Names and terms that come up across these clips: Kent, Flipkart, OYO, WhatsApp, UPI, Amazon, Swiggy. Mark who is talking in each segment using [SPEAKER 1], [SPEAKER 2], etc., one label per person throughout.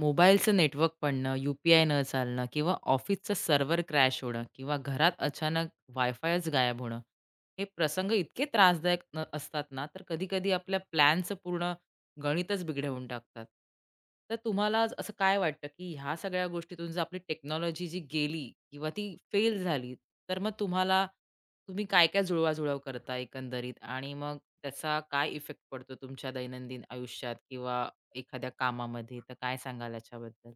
[SPEAKER 1] मोबाईलचं नेटवर्क पडणं, यू-पी-आय न चालणं किंवा ऑफिसचं सर्व्हर क्रॅश होणं किंवा घरात अचानक वायफायच गायब होणं, हे प्रसंग इतके त्रासदायक न असतात ना, तर कधी-कधी आपल्या प्लॅनचं पूर्ण गणितच बिघडवून टाकतात. तर तुम्हाला आज असं काय वाटतं, की ह्या सगळ्या गोष्टीतून जर आपली टेक्नॉलॉजी जी गेली किंवा ती फेल झाली, तर मग तुम्ही काय-काय जुळवाजुळव करता एकंदरीत आणि मग त्याचा काय इफेक्ट पडतो तुमच्या दैनंदिन आयुष्यात किंवा एखाद्या कामामध्ये, तर काय सांगाल याच्याबद्दल?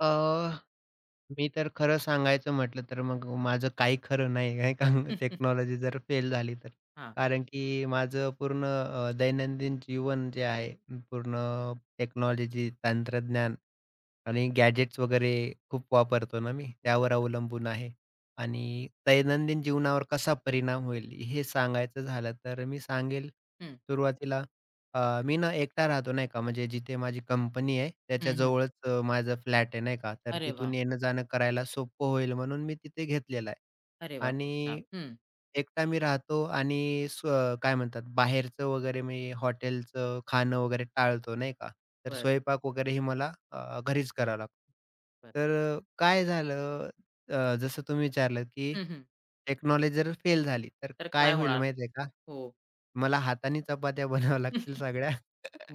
[SPEAKER 2] अ, मी तर खरं सांगायचं म्हटलं तर मग माझं काही खरं नाही आहे का टेक्नॉलॉजी जर फेल झाली तर.
[SPEAKER 1] हां,
[SPEAKER 2] कारण की माझं पूर्ण दैनंदिन जीवन जे आहे पूर्ण टेक्नॉलॉजी, तंत्रज्ञान आणि गॅजेट्स वगैरे खूप वापरतो ना मी, त्यावर
[SPEAKER 1] बरोबर.
[SPEAKER 2] अवलंबून आहे. आणि दैनंदिन जीवनावर कसा परिणाम होईल हे सांगायचं झालं तर मी सांगेल
[SPEAKER 1] हं,
[SPEAKER 2] सुरुवातीला मी ना एकटा राहतो नाही का, म्हणजे जिथे माझी कंपनी आहे त्याच्या
[SPEAKER 1] हं, हं.
[SPEAKER 2] जवळच माझा फ्लॅट आहे नाही का, तर
[SPEAKER 1] अरे वाह!
[SPEAKER 2] तिथून येणं-जाणं करायला सोपं होईल म्हणून मी तिथे घेतलेला आहे.
[SPEAKER 1] अरे वाह! खूप
[SPEAKER 2] आणि
[SPEAKER 1] छान. हं,
[SPEAKER 2] एकटा मी राहतो आणि काय म्हणतात बाहेरचं वगैरे मी हॉटेलचं खाणं वगैरे टाळतो नाही का. तर
[SPEAKER 1] बरं,
[SPEAKER 2] स्वयंपाक वगैरे ही मला घरीच करावा लागतो.
[SPEAKER 1] बरं.
[SPEAKER 2] तर काय झालं जसं तुम्ही विचारलं, की
[SPEAKER 1] हं, हं.
[SPEAKER 2] टेक्नॉलॉजी जर फेल झाली, तर
[SPEAKER 1] तर
[SPEAKER 2] काय
[SPEAKER 1] काय
[SPEAKER 2] होईल
[SPEAKER 1] होणार?
[SPEAKER 2] माहिती आहे का?
[SPEAKER 1] हो.
[SPEAKER 2] मला हाताने चपात्या बनवाव्या लागतील सगळ्या.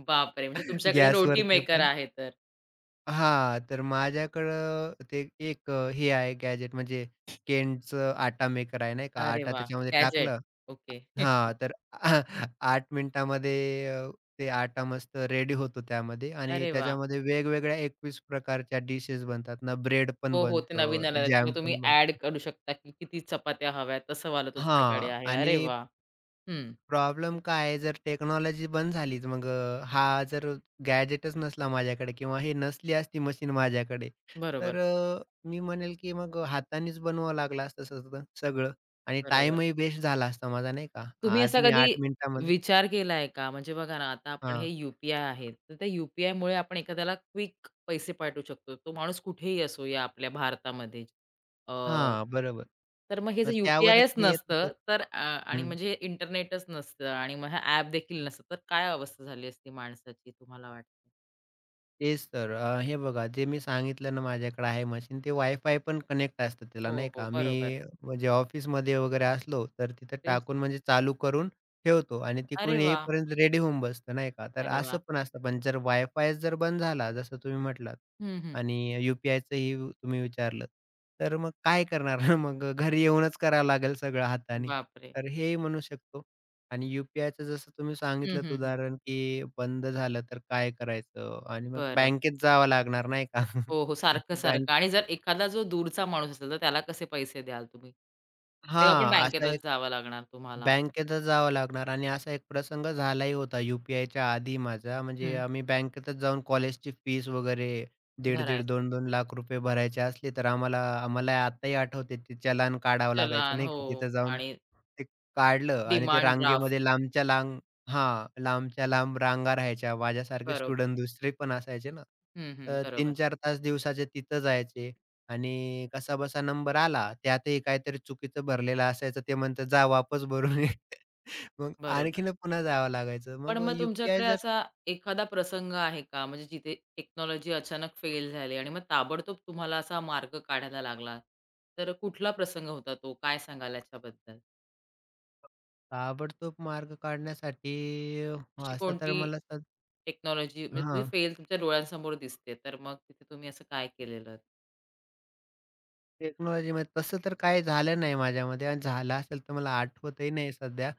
[SPEAKER 1] बापरे! म्हणजे तुमच्याकडे
[SPEAKER 2] गॅसवर
[SPEAKER 1] रोटी
[SPEAKER 2] ते
[SPEAKER 1] मेकर
[SPEAKER 2] पण
[SPEAKER 1] आहे तर.
[SPEAKER 2] हां, तर माझ्याकडं ते एक हे आहे गॅजेट म्हणजे Kentचं आटा मेकर आहे नाही का,
[SPEAKER 1] अरे
[SPEAKER 2] आटा
[SPEAKER 1] वाह!
[SPEAKER 2] त्याच्यामध्ये
[SPEAKER 1] गॅजेट.
[SPEAKER 2] टाकलं
[SPEAKER 1] ओके.
[SPEAKER 2] हां, तर 8 मिनिटामध्ये ते आटा मस्त रेडी होतो त्यामध्ये आणि
[SPEAKER 1] अरे वाह!
[SPEAKER 2] त्याच्यामध्ये वेगवेगळ्या 21 प्रकारच्या डिशेस बनतात ना, ब्रेड पण
[SPEAKER 1] हो, हो. ते
[SPEAKER 2] बनतो
[SPEAKER 1] नवीन आलं
[SPEAKER 2] जॅम
[SPEAKER 1] त्याच्यामुळे तुम्ही
[SPEAKER 2] पण
[SPEAKER 1] ॲड
[SPEAKER 2] बनतं
[SPEAKER 1] करू शकता, की किती चपात्या हव्यात तसं वालं तुमच्याकडे
[SPEAKER 2] हां
[SPEAKER 1] आहे.
[SPEAKER 2] आणि
[SPEAKER 1] अरे वाह! हं.
[SPEAKER 2] प्रॉब्लेम काय आहे, जर टेक्नॉलॉजी बंद झालीच मग हा जर गॅजेटच नसला माझ्याकडे किंवा हे नसली असती मशीन माझ्याकडे, तर
[SPEAKER 1] बरोबर,
[SPEAKER 2] मी म्हणेल की मग हातानेच बनवावं लागलं असतं सगळं सगळं आणि
[SPEAKER 1] बरोबर.
[SPEAKER 2] टाईमही वेस्ट झाला असता माझा नाही का?
[SPEAKER 1] तुम्ही
[SPEAKER 2] आज
[SPEAKER 1] असा
[SPEAKER 2] मी
[SPEAKER 1] कधी
[SPEAKER 2] 8 मिनिटामध्ये
[SPEAKER 1] विचार केलाय का? म्हणजे बघा ना, आता आपण हे
[SPEAKER 2] हां,
[SPEAKER 1] यू आहे. तर त्या यू-पी-आयमुळे आपण एखाद्याला क्विक पैसे पाठवू शकतो. तो माणूस कुठेही असो या आपल्या भारतामध्ये. अ,
[SPEAKER 2] हां, बरोबर.
[SPEAKER 1] तर मग हे जर
[SPEAKER 2] मग
[SPEAKER 1] यू
[SPEAKER 2] त्यावरच मी येत होतो.
[SPEAKER 1] नसतं, तर आणि म्हणजे इंटरनेटच नसतं आणि मग हा ॲप देखील नसतं, तर काय अवस्था झाली असती माणसाची तुम्हाला वाटतं?
[SPEAKER 2] तेच तर. हे बघा जे मी सांगितलं ना माझ्याकडे आहे मशीन, ते वायफाय पण कनेक्ट असतं त्याला
[SPEAKER 1] हो,
[SPEAKER 2] नाही
[SPEAKER 1] हो.
[SPEAKER 2] का. मी
[SPEAKER 1] बरोबर.
[SPEAKER 2] म्हणजे ऑफिसमध्ये वगैरे असलो, तर तिथं
[SPEAKER 1] तेच.
[SPEAKER 2] टाकून म्हणजे चालू करून ठेवतो आणि
[SPEAKER 1] अरे
[SPEAKER 2] तिकडून
[SPEAKER 1] वाह!
[SPEAKER 2] येईपर्यंत रेडी होऊन बसतं नाही का. तर
[SPEAKER 1] अरे
[SPEAKER 2] असं
[SPEAKER 1] वाह!
[SPEAKER 2] पण असतं, पण जर वायफाय जर बंद झाला जसं तुम्ही म्हटलात
[SPEAKER 1] हं, हं.
[SPEAKER 2] आणि यू तुम्ही विचारलं, तर मग काय करणार? मग घरी येऊनच करावं लागेल सगळं हाताने.
[SPEAKER 1] बापरे!
[SPEAKER 2] तर हेही म्हणू शकतो. आणि यू-पी-आयचं जसं तुम्ही
[SPEAKER 1] हं,
[SPEAKER 2] सांगितलंत
[SPEAKER 1] हं, हं.
[SPEAKER 2] उदाहरण, की बंद झालं तर काय करायचं? आणि मग
[SPEAKER 1] बरं.
[SPEAKER 2] बँकेत जावं लागणार नाही का?
[SPEAKER 1] हो, हो.
[SPEAKER 2] बँक
[SPEAKER 1] सारखं-सारखं आणि जर एखादा जो दूरचा माणूस असेल, तर त्याला कसे पैसे द्याल तुम्ही? तेव्हा पण
[SPEAKER 2] हां, असा एक
[SPEAKER 1] बँकेतच जावं लागणार तुम्हाला.
[SPEAKER 2] बँकेतच जावं लागणार आणि असा एक प्रसंग झालाही होता यू-पी-आयच्या आधी माझा. म्हणजे
[SPEAKER 1] हं.
[SPEAKER 2] आम्ही बँकेतच जाऊन कॉलेजची फीस वगैरे दीड-दीड,
[SPEAKER 1] भरायला.
[SPEAKER 2] दोन-दोन 2 लाख रुपये भरायचे असले, तर आम्हाला आम्हाला आताही आठवते ते चलान काढावं लागायचं
[SPEAKER 1] चलान
[SPEAKER 2] नाही
[SPEAKER 1] हो
[SPEAKER 2] का? तिथं जाऊन
[SPEAKER 1] आणि
[SPEAKER 2] ते काढलं आणि ते
[SPEAKER 1] डिमांड ड्राफ्ट.
[SPEAKER 2] रांगेमध्ये लांबच्या लांब हां, लांबच्या लांब रांगा राहायच्या. माझ्यासारखे
[SPEAKER 1] बरोबर.
[SPEAKER 2] स्टुडंट दुसरे पण असायचे ना.
[SPEAKER 1] हं, हं.
[SPEAKER 2] तर
[SPEAKER 1] बरोबर,
[SPEAKER 2] 3-4 तास दिवसाचे तिथं जायचे. आणि कसा बसा नंबर आला, त्यातही काहीतरी चुकीचं भरलेलं असायचं. ते म्हणतात, "जा वापस भरून ये." मग
[SPEAKER 1] बरोबर.
[SPEAKER 2] आणखीन पुन्हा जावं लागायचं.
[SPEAKER 1] पण
[SPEAKER 2] मग
[SPEAKER 1] मग
[SPEAKER 2] यू-पी-आय
[SPEAKER 1] तुमच्याकडे
[SPEAKER 2] जर
[SPEAKER 1] असा एखादा प्रसंग आहे का? म्हणजे जिथे टेक्नॉलॉजी अचानक फेल झाली आणि मग ताबडतोब तुम्हाला असा मार्ग काढायला लागला. तर कुठला प्रसंग होता तो? काय सांगाल याच्याबद्दल?
[SPEAKER 2] ताबडतोब मार्ग काढण्यासाठी अ,
[SPEAKER 1] अशी
[SPEAKER 2] असा
[SPEAKER 1] कोणती
[SPEAKER 2] तर मला तर
[SPEAKER 1] टेक्नॉलॉजी म्हणजे तुम्ही
[SPEAKER 2] हां.
[SPEAKER 1] फेल तुमच्या डोळ्यांसमोर दिसते. तर मग तिथे तुम्ही असं काय केलेलं?
[SPEAKER 2] टेक्नॉलॉजीमध्ये तसं तर काही झालं नाही माझ्यामध्ये आणि झालं असेल तर मला आठवतही नाही सध्या.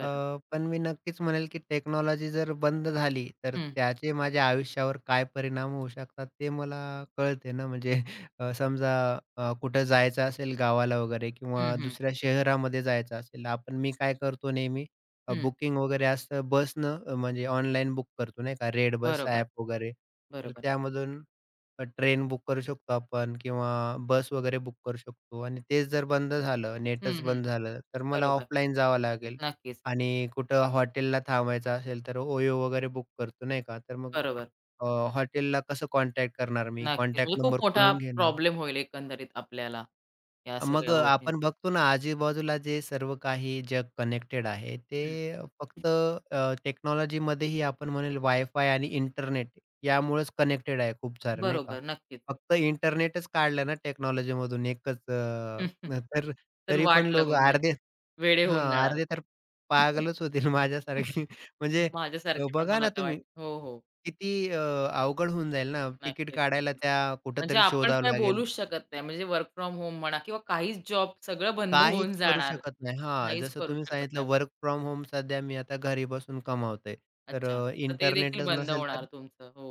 [SPEAKER 2] अ, पण मी नक्कीच म्हणेल, की टेक्नॉलॉजी जर बंद झाली, तर
[SPEAKER 1] हं.
[SPEAKER 2] त्याचे माझ्या आयुष्यावर काय परिणाम होऊ शकतात ते मला कळते ना. म्हणजे समजा कुठं जायचं असेल गावाला वगैरे
[SPEAKER 1] हं,
[SPEAKER 2] किंवा
[SPEAKER 1] हं.
[SPEAKER 2] दुसऱ्या शहरामध्ये जायचं असेल, आपण मी काय करतो नेहमी
[SPEAKER 1] हं.
[SPEAKER 2] बुकिंग वगैरे असतं बसनं म्हणजे ऑनलाईन बुक करतो नाही का, रेड बस
[SPEAKER 1] बरोबर,
[SPEAKER 2] ॲप वगैरे. तर
[SPEAKER 1] बरोबर.
[SPEAKER 2] त्यामधून ट्रेन बुक करू शकतो आपण किंवा बस वगैरे बुक करू शकतो आणि तेच जर बंद झालं,
[SPEAKER 1] हं,
[SPEAKER 2] नेटच
[SPEAKER 1] हं.
[SPEAKER 2] बंद झालं, तर मला
[SPEAKER 1] बरोबर.
[SPEAKER 2] ऑफलाईन जावं लागेल
[SPEAKER 1] नक्कीच.
[SPEAKER 2] आणि कुठं हॉटेलला थांबायचं असेल, तर ओयो वगैरे बुक करतो नाही का. तर मग
[SPEAKER 1] बरोबर.
[SPEAKER 2] अ, हॉटेलला कसं कॉन्टॅक्ट करणार मी?
[SPEAKER 1] नक्कीच.
[SPEAKER 2] कॉन्टॅक्ट
[SPEAKER 1] म्हणजे
[SPEAKER 2] नंबर
[SPEAKER 1] खूप मोठा
[SPEAKER 2] कुठून घेणार?
[SPEAKER 1] प्रॉब्लेम होईल एकंदरीत आपल्याला या
[SPEAKER 2] मग
[SPEAKER 1] सगळ्या गोष्टी.
[SPEAKER 2] आपण बघतो ना आजूबाजूला जे सर्व काही जग कनेक्टेड आहे, ते
[SPEAKER 1] हं.
[SPEAKER 2] फक्त टेक्नॉलॉजीमध्येही आपण म्हणेल वायफाय आणि इंटरनेट यामुळेच कनेक्टेड आहे खूप सारं नाही का?
[SPEAKER 1] बरोबर. नक्कीच.
[SPEAKER 2] फक्त इंटरनेटच काढलं ना टेक्नॉलॉजीमधून एकच तर
[SPEAKER 1] तर
[SPEAKER 2] तरी पण
[SPEAKER 1] वाट
[SPEAKER 2] लोक
[SPEAKER 1] लागून जाईल.
[SPEAKER 2] अर्धे
[SPEAKER 1] वेडे होऊन
[SPEAKER 2] हां,
[SPEAKER 1] जाणार.
[SPEAKER 2] अर्धे तर पागलच होतील माझ्यासारखे. म्हणजे
[SPEAKER 1] माझ्यासारखे पण
[SPEAKER 2] बघा
[SPEAKER 1] मला
[SPEAKER 2] ना
[SPEAKER 1] आता
[SPEAKER 2] तुम्ही
[SPEAKER 1] वाटतं. हो, हो.
[SPEAKER 2] किती अवघड होऊन जाईल ना तिकीट
[SPEAKER 1] नक्कीच,
[SPEAKER 2] काढायला
[SPEAKER 1] नक्कीच.
[SPEAKER 2] त्या
[SPEAKER 1] म्हणजे
[SPEAKER 2] कुठेतरी
[SPEAKER 1] आपण
[SPEAKER 2] शोधावं
[SPEAKER 1] काय
[SPEAKER 2] लागेल.
[SPEAKER 1] बोलूच शकत नाही. म्हणजे वर्क फ्रॉम होम म्हणा किंवा काहीच जॉब सगळं बंद होऊन
[SPEAKER 2] काहीच करू
[SPEAKER 1] जाणार.
[SPEAKER 2] शकत नाही. हां,
[SPEAKER 1] काहीच
[SPEAKER 2] जसं
[SPEAKER 1] करू
[SPEAKER 2] तुम्ही
[SPEAKER 1] शकत
[SPEAKER 2] सांगितलं
[SPEAKER 1] नाही.
[SPEAKER 2] वर्क फ्रॉम होम सध्या मी आता घरी बसून कमावतोय. तर
[SPEAKER 1] अच्छा. तर ते देखील
[SPEAKER 2] इंटरनेटच
[SPEAKER 1] बंद
[SPEAKER 2] नसेल
[SPEAKER 1] होणार
[SPEAKER 2] तर
[SPEAKER 1] तुमचं. हो.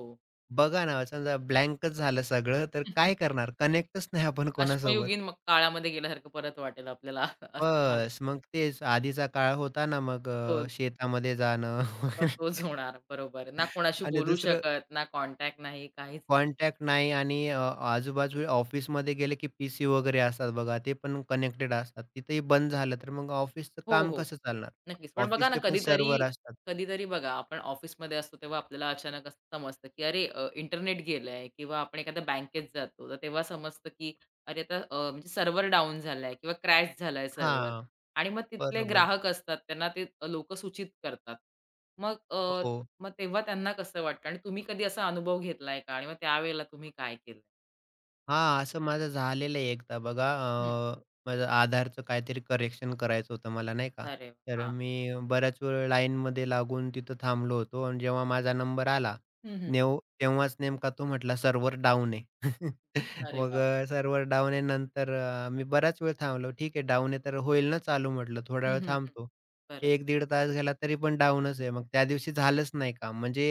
[SPEAKER 2] बघा ना, समजा ब्लँकच झालं सगळं, तर काय करणार? कनेक्टच नाही आपण कोणासोबत.
[SPEAKER 1] अश्मयुगीन मग काळामध्ये गेल्यासारखं परत वाटेल आपल्याला असं मला
[SPEAKER 2] बस, मग तेच आधीचा काळ होता ना, मग
[SPEAKER 1] तोच.
[SPEAKER 2] शेतामध्ये जाणं
[SPEAKER 1] मग तोच होणार. बरोबर. ना कोणाशी
[SPEAKER 2] आणि
[SPEAKER 1] बोलू
[SPEAKER 2] दुसरं
[SPEAKER 1] शकत, ना कॉन्टॅक्ट नाही, काहीच नाही.
[SPEAKER 2] कॉन्टॅक्ट नाही आणि आजूबाजू ऑफिसमध्ये गेले की पीसी वगैरे असतात बघा, ते पण कनेक्टेड असतात. तिथेही बंद झालं, तर मग ऑफिसचं
[SPEAKER 1] हो,
[SPEAKER 2] काम
[SPEAKER 1] हो.
[SPEAKER 2] कसं चालणार?
[SPEAKER 1] नक्कीच. पण बघा ना,
[SPEAKER 2] ऑफिसचे पण
[SPEAKER 1] कधीतरी
[SPEAKER 2] सर्व्हर असतात.
[SPEAKER 1] कधीतरी बघा, आपण ऑफिसमध्ये असतो तेव्हा आपल्याला अचानक असं समजतं, की अरे इंटरनेट गेलंय किंवा आपण एखाद्या बँकेत जातो, तर तेव्हा समजतं, की अरे आता म्हणजे सर्व्हर डाउन झालाय किंवा क्रॅश झालाय सर्व्हर
[SPEAKER 2] हां.
[SPEAKER 1] आणि मग तिथले
[SPEAKER 2] बरोबर.
[SPEAKER 1] ग्राहक असतात, त्यांना ते लोकं सूचित करतात. मग अ,
[SPEAKER 2] हो.
[SPEAKER 1] मग तेव्हा त्यांना कसं वाटतं आणि तुम्ही कधी असा अनुभव घेतलाय का? आणि मग त्यावेळेला तुम्ही काय केलं?
[SPEAKER 2] हां, असं माझं झालेलं आहे एकदा बघा.
[SPEAKER 1] हं.
[SPEAKER 2] अ, माझं आधारचं काहीतरी करेक्शन करायचं होतं मला नाही का.
[SPEAKER 1] अरे वाह!
[SPEAKER 2] तर
[SPEAKER 1] हां.
[SPEAKER 2] मी बऱ्याच वेळ लाईनमध्ये लागून तिथं थांबलो होतो आणि जेव्हा माझा नंबर आला,
[SPEAKER 1] हं, हं.
[SPEAKER 2] तेव्हाच नेमका तो म्हटला सर्व्हर डाउन आहे.
[SPEAKER 1] अरे
[SPEAKER 2] मग
[SPEAKER 1] वाह!
[SPEAKER 2] सर्व्हर डाउन आहे नंतर मी बराच वेळ थांबलो. ठीक आहे डाउन आहे तर होईल ना चालू म्हटलं थोडा
[SPEAKER 1] हं,
[SPEAKER 2] वेळ
[SPEAKER 1] हं, हं.
[SPEAKER 2] थांबतो.
[SPEAKER 1] बरं.
[SPEAKER 2] 1 दीड तास गेला तरी पण डाउनच आहे. मग त्या दिवशी झालंच नाही काम. म्हणजे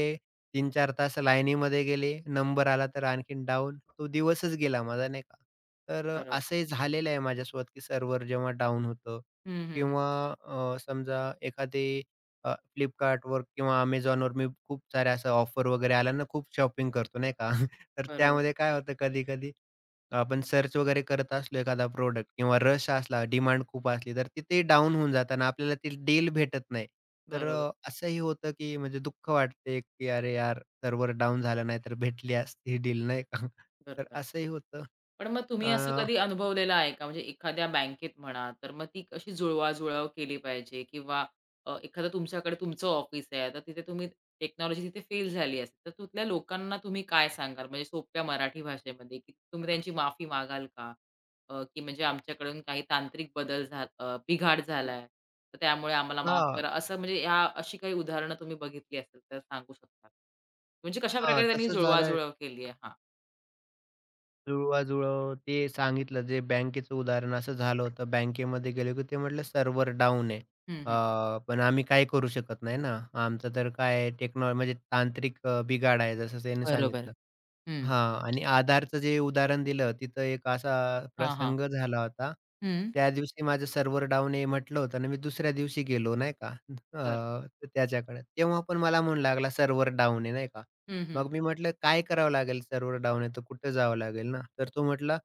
[SPEAKER 2] 3-4 तास लाईनीमध्ये गेले, नंबर आला तर आणखीन डाउन. तो दिवसच गेला माझा नाही का. तर
[SPEAKER 1] बरोबर.
[SPEAKER 2] असंही झालेलं आहे माझ्यासोबत, की सर्व्हर जेव्हा डाउन होतं
[SPEAKER 1] हं, हं, हं.
[SPEAKER 2] किंवा समजा एखादी अ, Flipkartवर किंवा Amazonवर मी खूप साऱ्या असं ऑफर वगैरे आल्या ना, खूप शॉपिंग करतो नाही का. तर
[SPEAKER 1] बरोबर,
[SPEAKER 2] त्यामध्ये काय होतं कधी-कधी आपण सर्च वगैरे करत असलो एखादा प्रॉडक्ट किंवा रश असला, डिमांड खूप असली, तर तिथे डाउन होऊन जातं आणि आपल्याला ती डील भेटत नाही. तर
[SPEAKER 1] बरोबर.
[SPEAKER 2] असंही होतं, की म्हणजे दुःख वाटते, की "अरे यार, सर्व्हर डाउन झाला, नाहीतर भेटली असती ही डील." नाही का? तर
[SPEAKER 1] बरोबर.
[SPEAKER 2] असंही होतं.
[SPEAKER 1] पण मग तुम्ही असं
[SPEAKER 2] अ,
[SPEAKER 1] कधी अनुभवलेलं आहे का? म्हणजे एखाद्या बँकेत म्हणा, तर मग ती कशी जुळवाजुळव केली पाहिजे किंवा एखादं तुमच्याकडे तुमचं ऑफिस आहे, तर तिथे तुम्ही टेक्नॉलॉजी तिथे फेल झाली असेल, तर तिथल्या लोकांना तुम्ही काय सांगाल? म्हणजे सोप्या मराठी भाषेमध्ये, की तुम्ही त्यांची माफी मागाल का? की म्हणजे आमच्याकडून काही तांत्रिक बिघाड झालाय, तर त्यामुळे आम्हाला माफ
[SPEAKER 2] हां,
[SPEAKER 1] करा. असं म्हणजे ह्या अशी काही उदाहरणं तुम्ही बघितली असेल तर सांगू शकता? म्हणजे
[SPEAKER 2] हां.
[SPEAKER 1] कशाप्रकारे त्यांनी
[SPEAKER 2] तसंच झालं
[SPEAKER 1] जुळवाजुळव केली आहे? हां.
[SPEAKER 2] जुळवा-जुळव ते सांगितलं जे बँकेचं उदाहरण असं झालं होतं. बँकेमध्ये गेलो, की ते म्हटलं सर्व्हर डाउन आहे.
[SPEAKER 1] हं,
[SPEAKER 2] अ,
[SPEAKER 1] हं.
[SPEAKER 2] पण आम्ही काही करू शकत नाही ना. आमचं तर काय म्हणजे तांत्रिक बिघाड आहे जसं त्यांनी
[SPEAKER 1] बरोबर.
[SPEAKER 2] सांगितलं.
[SPEAKER 1] हं.
[SPEAKER 2] हां. आणि आधारचं जे उदाहरण दिलं, तिथं एक असा
[SPEAKER 1] हां, हां.
[SPEAKER 2] प्रसंग झाला होता.
[SPEAKER 1] हं.
[SPEAKER 2] त्या दिवशी माझं सर्व्हर डाउन आहे म्हटलं होतं आणि मी दुसऱ्या दिवशी गेलो नाही का
[SPEAKER 1] बरं.
[SPEAKER 2] अ, त्याच्याकडे. तेव्हा पण मला म्हणू लागला सर्व्हर डाउन आहे नाही का.
[SPEAKER 1] हं, हं.
[SPEAKER 2] मग मी म्हटलं, "काय करावं लागेल सर्व्हर डाउन आहे तर कुठं जावं लागेल ना?" तर तो म्हटला,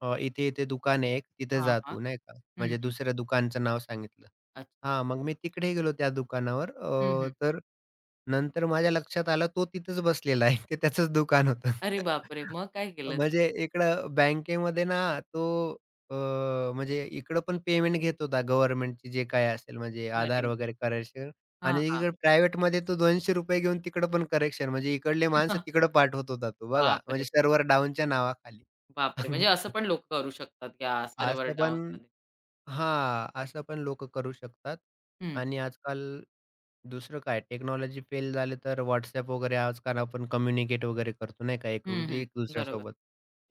[SPEAKER 2] इथे-इथे दुकान आहे एक तिथे
[SPEAKER 1] हां,
[SPEAKER 2] जा
[SPEAKER 1] हां.
[SPEAKER 2] तू" नाही का.
[SPEAKER 1] हं,
[SPEAKER 2] म्हणजे
[SPEAKER 1] हं.
[SPEAKER 2] दुसऱ्या दुकानचं नाव सांगितलं.
[SPEAKER 1] अच्छा.
[SPEAKER 2] हां, मग मी तिकडे गेलो त्या दुकानावर.
[SPEAKER 1] हं, हं.
[SPEAKER 2] तर नंतर माझ्या लक्षात आलं तो तिथेच बसलेला आहे. ते त्याचंच दुकान होतं.
[SPEAKER 1] अरे बापरे! मग काय केलंत?
[SPEAKER 2] म्हणजे इकडं बँकेमध्ये ना तो अ, म्हणजे इकडं पण पेमेंट घेत होता गव्हर्नमेंटची जे काही असेल म्हणजे
[SPEAKER 1] अरे
[SPEAKER 2] आधार वगैरे करेक्शन
[SPEAKER 1] हां,
[SPEAKER 2] आणि
[SPEAKER 1] हां.
[SPEAKER 2] इकडे प्रायव्हेटमध्ये तो ₹200 घेऊन तिकडं पण करेक्शन म्हणजे इकडले माणसं तिकडं पाठवत होता तो बघा. म्हणजे
[SPEAKER 1] बापरे!
[SPEAKER 2] सर्व्हर डाऊनच्या नावाखाली.
[SPEAKER 1] बापरे! म्हणजे असं पण लोकं करू शकतात या सर्व्हर
[SPEAKER 2] असं पण
[SPEAKER 1] डाऊनमध्ये.
[SPEAKER 2] हां, असं पण लोक करू शकतात
[SPEAKER 1] हं.
[SPEAKER 2] आणि आजकाल दुसरं काय टेक्नॉलॉजी फेल झाली तर WhatsApp वगैरे आजकाल आपण कम्युनिकेट वगैरे करतो नाही का
[SPEAKER 1] हं, हं.
[SPEAKER 2] एक
[SPEAKER 1] बरोबर,
[SPEAKER 2] दुसऱ्यासोबत.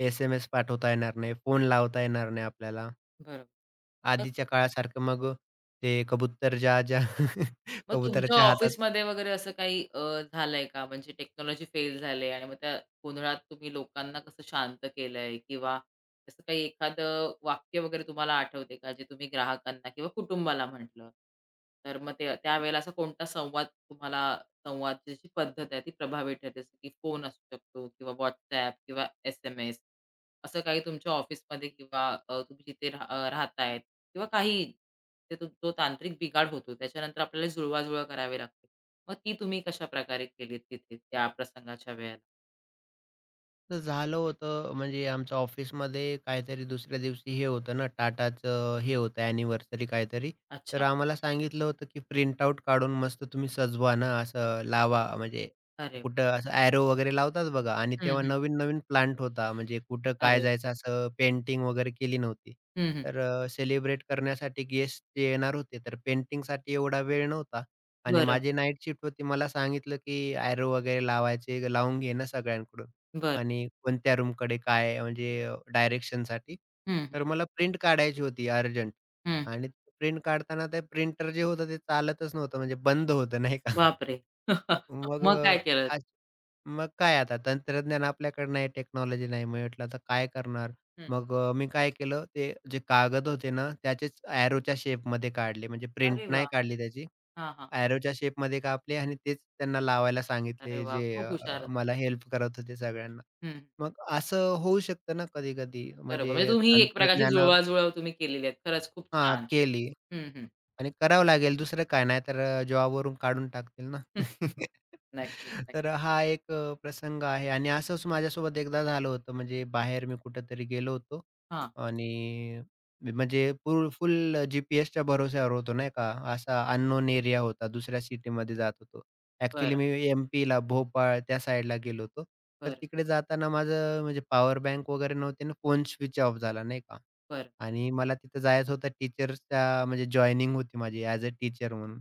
[SPEAKER 2] एस-एम-एस पाठवता येणार नाही, फोन लावता येणार नाही आपल्याला.
[SPEAKER 1] बरोबर.
[SPEAKER 2] आधीच्या काळासारखं मग ते कबूतर ज्या ज्या
[SPEAKER 1] मग तुमच्या
[SPEAKER 2] कबुतराच्या हातात
[SPEAKER 1] ऑफिसमध्ये वगैरे असं काही झालंय का? म्हणजे टेक्नॉलॉजी फेल झाले आणि मग त्या गोंधळात तुम्ही लोकांना कसं शांत केलंय किंवा असं काही एखादं वाक्य वगैरे तुम्हाला आठवते का? जे तुम्ही ग्राहकांना किंवा कुटुंबाला म्हटलं? तर मग ते त्यावेळेला असा कोणता संवाद तुम्हाला संवादाची पद्धत आहे ती प्रभावी ठरते? जसं की फोन असू शकतो किंवा WhatsApp किंवा एस-एम-एस. असं काही तुमच्या ऑफिसमध्ये किंवा तुम्ही जिथे राहताय किंवा काही ते तो जो तांत्रिक बिघाड होतो त्याच्यानंतर आपल्याला जुळवाजुळव करावी लागते. मग ती तुम्ही कशाप्रकारे केलीत तिथे त्या प्रसंगाच्या वेळेला?
[SPEAKER 2] तर झालं होतं म्हणजे आमच्या ऑफिसमध्ये काहीतरी दुसऱ्या दिवशी हे होतं ना टाटाचं हे होतं ॲनिव्हर्सरी काहीतरी. तर
[SPEAKER 1] अच्छा.
[SPEAKER 2] आम्हाला सांगितलं होतं, की प्रिंट आउट काढून मस्त तुम्ही सजवा ना, असं लावा म्हणजे
[SPEAKER 1] अरे वाह!
[SPEAKER 2] कुठं असं ॲरो वगैरे लावतात बघा आणि
[SPEAKER 1] हं,
[SPEAKER 2] तेव्हा
[SPEAKER 1] हं.
[SPEAKER 2] नवीन-नवीन प्लांट होता म्हणजे कुठं काय
[SPEAKER 1] अरे वाह!
[SPEAKER 2] जायचं असं पेंटिंग वगैरे केली नव्हती.
[SPEAKER 1] हं, हं.
[SPEAKER 2] तर सेलिब्रेट करण्यासाठी गेस्ट जे येणार होते तर पेंटिंगसाठी एवढा वेळ नव्हता आणि
[SPEAKER 1] बरं,
[SPEAKER 2] माझी नाईट शिफ्ट होती. मला सांगितलं, की ॲरो वगैरे लावायचे लावून घे ना सगळ्यांकडून.
[SPEAKER 1] बरं.
[SPEAKER 2] आणि कोणत्या रूमकडे काय म्हणजे डायरेक्शनसाठी.
[SPEAKER 1] हं, हं.
[SPEAKER 2] तर मला प्रिंट काढायची होती अर्जंट
[SPEAKER 1] हं.
[SPEAKER 2] आणि प्रिंट काढताना ते प्रिंटर जे होतं ते चालतच नव्हतं म्हणजे बंद होतं नाही का.
[SPEAKER 1] बापरे!
[SPEAKER 2] मग
[SPEAKER 1] मग काय केलं?
[SPEAKER 2] आज मग काय आता तंत्रज्ञान आपल्याकडे नाही, टेक्नॉलॉजी नाही. मी म्हटलं आता काय करणार?
[SPEAKER 1] हं.
[SPEAKER 2] मग मी काय केलं ते जे कागद होते ना त्याचेच एरोच्या शेपमध्ये काढले म्हणजे प्रिंट
[SPEAKER 1] अरे वाह!
[SPEAKER 2] नाही काढली त्याची.
[SPEAKER 1] हां, हां.
[SPEAKER 2] एरोच्या शेपमध्ये कापले आणि तेच त्यांना लावायला
[SPEAKER 1] अरे
[SPEAKER 2] सांगितले,
[SPEAKER 1] वाह!
[SPEAKER 2] जे
[SPEAKER 1] खूप हुशार.
[SPEAKER 2] मला हेल्प करत होते सगळ्यांना.
[SPEAKER 1] हं,
[SPEAKER 2] मग असं होऊ शकतं ना कधी-कधी
[SPEAKER 1] बरोबर. म्हणजे
[SPEAKER 2] म्हणजे
[SPEAKER 1] तुम्ही एक प्रकारची
[SPEAKER 2] तंत्रज्ञानावर
[SPEAKER 1] जुळवाजुळव तुम्ही केलेली आहे. खरंच खूप
[SPEAKER 2] हां,
[SPEAKER 1] छान.
[SPEAKER 2] केली.
[SPEAKER 1] हं, हं.
[SPEAKER 2] आणि करावं लागेल दुसरं काय, नाहीतर तर जॉबवरून काढून टाकतील ना.
[SPEAKER 1] नक्कीच, नक्कीच.
[SPEAKER 2] तर हा एक प्रसंग आहे आणि असंच माझ्यासोबत एकदा झालं होतं. म्हणजे बाहेर मी कुठेतरी गेलो होतो
[SPEAKER 1] हां.
[SPEAKER 2] आणि मी म्हणजे फुल फुल जी-पी-एसच्या भरोश्यावर होतो नाही का. असा अननोन एरिया होता, दुसऱ्या सिटीमध्ये जात होतो. ॲक्चुअली
[SPEAKER 1] बरं.
[SPEAKER 2] मी एम-पीला, भोपाळ त्या साईडला गेलो होतो. तर
[SPEAKER 1] बरं,
[SPEAKER 2] तिकडे जाताना माझं म्हणजे पॉवर बँक वगैरे नव्हती आणि फोन स्विच ऑफ झाला नाही का.
[SPEAKER 1] बरं.
[SPEAKER 2] आणि मला तिथं जायचं होतं टीचर्सच्या म्हणजे जॉइनिंग होती माझी ॲज अ टीचर म्हणून.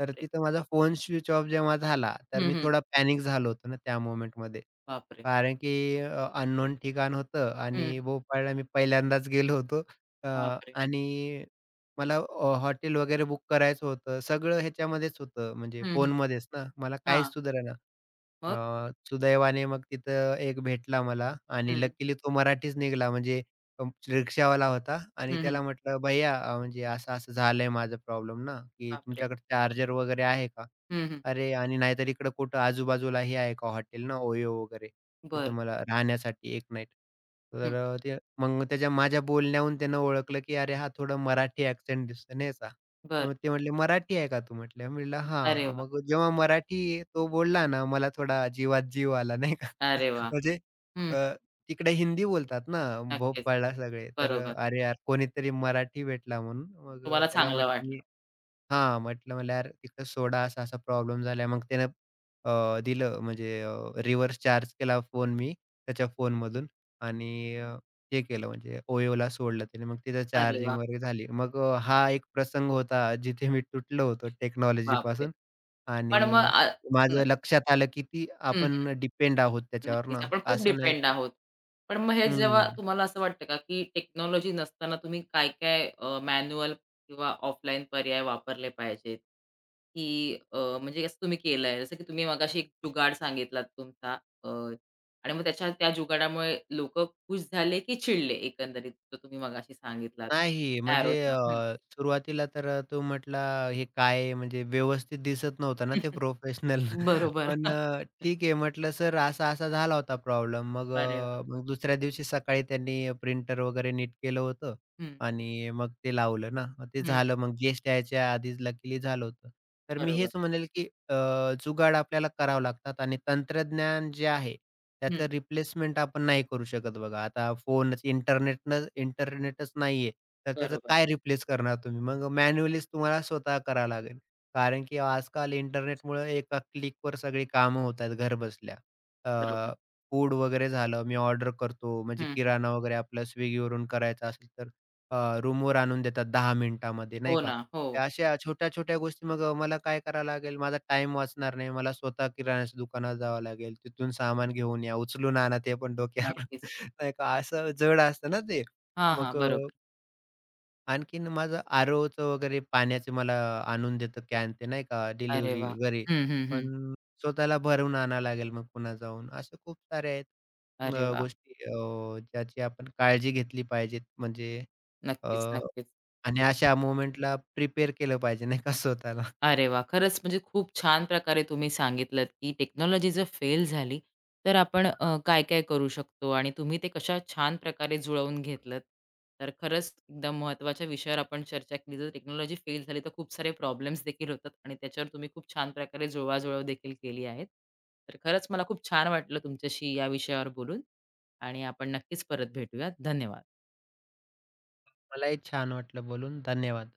[SPEAKER 2] तर तिथं माझा फोन स्विच ऑफ जेव्हा झाला, तर
[SPEAKER 1] हं,
[SPEAKER 2] मी
[SPEAKER 1] हं.
[SPEAKER 2] थोडा पॅनिक झालो होतो ना त्या मोमेंटमध्ये.
[SPEAKER 1] बापरे!
[SPEAKER 2] कारण की अननोन ठिकाण होतं आणि
[SPEAKER 1] हं,
[SPEAKER 2] भोपाळला मी पहिल्यांदाच गेलो होतो. अ,
[SPEAKER 1] बापरे!
[SPEAKER 2] आणि मला हॉटेल वगैरे बुक करायचं होतं. सगळं ह्याच्यामध्येच होतं म्हणजे
[SPEAKER 1] हं, हं.
[SPEAKER 2] फोनमध्येच ना. मला काहीच
[SPEAKER 1] हां,
[SPEAKER 2] सुधरेना.
[SPEAKER 1] मग?
[SPEAKER 2] सुदैवाने मग तिथं एक भेटला मला आणि
[SPEAKER 1] हं,
[SPEAKER 2] लकीली तो मराठीच निघाला म्हणजे अ, रिक्षावाला होता आणि
[SPEAKER 1] हं, हं.
[SPEAKER 2] त्याला म्हटलं, "भैया म्हणजे असं-असं झालंय माझं प्रॉब्लेम ना, की
[SPEAKER 1] बापरे!
[SPEAKER 2] तुमच्याकडे चार्जर वगैरे आहे का?
[SPEAKER 1] हं, हं.
[SPEAKER 2] अरे आणि नाहीतर इकडं कुठं आजूबाजूला हे आहे का हॉटेल ना ओयो वगैरे, तिथं
[SPEAKER 1] बरं,
[SPEAKER 2] मला राहण्यासाठी एक नाईट." तर
[SPEAKER 1] हं.
[SPEAKER 2] ते मग त्याच्या माझ्या बोलण्याहून त्यानं ओळखलं, की अरे हा थोडा मराठी ॲक्सेंट दिसतो नाही का?
[SPEAKER 1] बरं.
[SPEAKER 2] मग ते म्हटले, "मराठी आहे का तू?" म्हटलं. म्हटलं,
[SPEAKER 1] अरे
[SPEAKER 2] "हां."
[SPEAKER 1] वाह!
[SPEAKER 2] मग जेव्हा मराठी तो बोलला ना, मला थोडा जीवात जीव आला नाही का.
[SPEAKER 1] अरे वाह!
[SPEAKER 2] म्हणजे
[SPEAKER 1] हं.
[SPEAKER 2] अ, तिकडे हिंदी बोलतात ना
[SPEAKER 1] नक्कीच.
[SPEAKER 2] भोपाळला सगळे. तर
[SPEAKER 1] बरोबर.
[SPEAKER 2] अरे यार, कोणीतरी मराठी भेटला म्हणून मग
[SPEAKER 1] तुम्हाला
[SPEAKER 2] त्याला
[SPEAKER 1] चांगलं
[SPEAKER 2] म्हटलं
[SPEAKER 1] वाटलं.
[SPEAKER 2] हां, म्हटलं मला यार तिकडे सोडा असा-असा प्रॉब्लेम झालाय. मग त्यानं दिलं म्हणजे रिव्हर्स चार्ज केला फोन मी त्याच्या फोनमधून आणि हे केलं म्हणजे OYOला सोडलं त्याने. मग तिथं
[SPEAKER 1] अरे
[SPEAKER 2] चार्जिंग
[SPEAKER 1] वाह!
[SPEAKER 2] वगैरे झाली. मग हा एक प्रसंग होता जिथे मी तुटलो होतो
[SPEAKER 1] बापरे!
[SPEAKER 2] टेक्नॉलॉजीपासून
[SPEAKER 1] पण
[SPEAKER 2] आणि
[SPEAKER 1] न
[SPEAKER 2] माझं लक्षात आलं की ती
[SPEAKER 1] हं.
[SPEAKER 2] आपण डिपेंड आहोत त्याच्यावर
[SPEAKER 1] नक्कीच.
[SPEAKER 2] ना.
[SPEAKER 1] आपण खूप
[SPEAKER 2] असं नाही
[SPEAKER 1] डिपेंड
[SPEAKER 2] की
[SPEAKER 1] आहोत. पण मग हे जेव्हा
[SPEAKER 2] हं.
[SPEAKER 1] तुम्हाला असं वाटतं का, की टेक्नॉलॉजी नसताना तुम्ही काय-काय मॅन्युअल किंवा ऑफलाईन पर्याय वापरले पाहिजेत? की म्हणजे असं तुम्ही केलंय. जसं की तुम्ही मगाशी एक जुगाड सांगितलात तुमचा अ, आणि मग त्याच्या त्या जुगाडामुळे लोकं खुश झाले, की चिडले एकंदरीत जो तुम्ही मगाशी सांगितलात
[SPEAKER 2] नाही, म्हणजे
[SPEAKER 1] एरोचा? हं.
[SPEAKER 2] सुरुवातीला तर तो म्हटला, "हे काय आहे?" म्हणजे व्यवस्थित दिसत नव्हतं ना ते प्रोफेशनल.
[SPEAKER 1] बरोबर.
[SPEAKER 2] पण ठीक आहे म्हटलं, "सर असा-असा झाला होता प्रॉब्लेम." मग
[SPEAKER 1] अरे वाह!
[SPEAKER 2] मग दुसऱ्या दिवशी सकाळी त्यांनी प्रिंटर वगैरे नीट केलं होतं
[SPEAKER 1] हं,
[SPEAKER 2] आणि मग ते लावलं ना. मग ते
[SPEAKER 1] हं.
[SPEAKER 2] झालं मग गेस्ट यायच्या आधीच लकीली झालं होतं. तर मी
[SPEAKER 1] बरोबर.
[SPEAKER 2] हेच म्हणेल, की जुगाड आपल्याला करावं लागतात आणि तंत्रज्ञान जे आहे
[SPEAKER 1] हं.
[SPEAKER 2] त्याचं रिप्लेसमेंट आपण नाही करू शकत बघा. आता फोनच इंटरनेटच नाहीये, तर त्याचं
[SPEAKER 1] बरोबर,
[SPEAKER 2] काय रिप्लेस करणार तुम्ही? मग मॅन्युअलीच तुम्हाला स्वतः करावं लागेल. कारण की आजकाल इंटरनेटमुळे एका क्लिकवर सगळी कामं होत आहेत घरबसल्या.
[SPEAKER 1] बरोबर.
[SPEAKER 2] अ, फूड वगैरे झालं, मी ऑर्डर करतो म्हणजे
[SPEAKER 1] हं,
[SPEAKER 2] किराणा वगैरे आपला Swiggyवरून करायचा असेल तर रूमवर आणून देतात 10 मिनिटामध्ये, नाही
[SPEAKER 1] हो
[SPEAKER 2] का?
[SPEAKER 1] ना. हो.
[SPEAKER 2] त्या अशा छोट्या-छोट्या गोष्टी मग मला काय करावं लागेल? माझा टाईम वाचणार नाही. मला स्वतः किराण्याच्या दुकानात जावं लागेल. तिथून सामान घेऊन या, उचलून आणा ते पण डोक्यावर,
[SPEAKER 1] नक्कीच.
[SPEAKER 2] नाही का? असं जड असतं ना ते.
[SPEAKER 1] हां, हां.
[SPEAKER 2] मग
[SPEAKER 1] बरोबर.
[SPEAKER 2] आणखीन माझं आरोचं वगैरे पाण्याचे मला आणून देतं कॅन ते, नाही का?
[SPEAKER 1] अरे
[SPEAKER 2] डिलिव्हरी
[SPEAKER 1] वाह!
[SPEAKER 2] घरी.
[SPEAKER 1] हं, हं, हं.
[SPEAKER 2] पण स्वतःला भरवून आणावं लागेल मग पुन्हा जाऊन. अशा खूप साऱ्या आहेत
[SPEAKER 1] अरे वाह!
[SPEAKER 2] गोष्टी ज्याची आपण काळजी घेतली पाहिजेत. म्हणजे
[SPEAKER 1] नक्कीच, नक्कीच.
[SPEAKER 2] आणि अशा मोमेंटला प्रिपेअर केलं पाहिजे नाही का स्वतःला.
[SPEAKER 1] अरे वाह! खरंच म्हणजे खूप छान प्रकारे तुम्ही सांगितलत, की टेक्नॉलॉजी जर फेल झाली, तर आपण
[SPEAKER 2] हां.
[SPEAKER 1] काय-काय करू शकतो आणि तुम्ही ते कशा छान प्रकारे जुळवून घेतलत. तर खरंच एकदम महत्त्वाच्या विषयावर आपण चर्चा केली. जर टेक्नॉलॉजी फेल झाली, तर खूप सारे प्रॉब्लेम्स देखील होतात आणि त्याच्यावर तुम्ही खूप छान प्रकारे जुळवाजुळव देखील केली आहेत. तर खरंच मला खूप छान वाटलं तुमच्याशी या विषयावर बोलून आणि आपण नक्कीच परत भेटूयात. धन्यवाद.
[SPEAKER 2] मलाही छान वाटलं बोलून. धन्यवाद.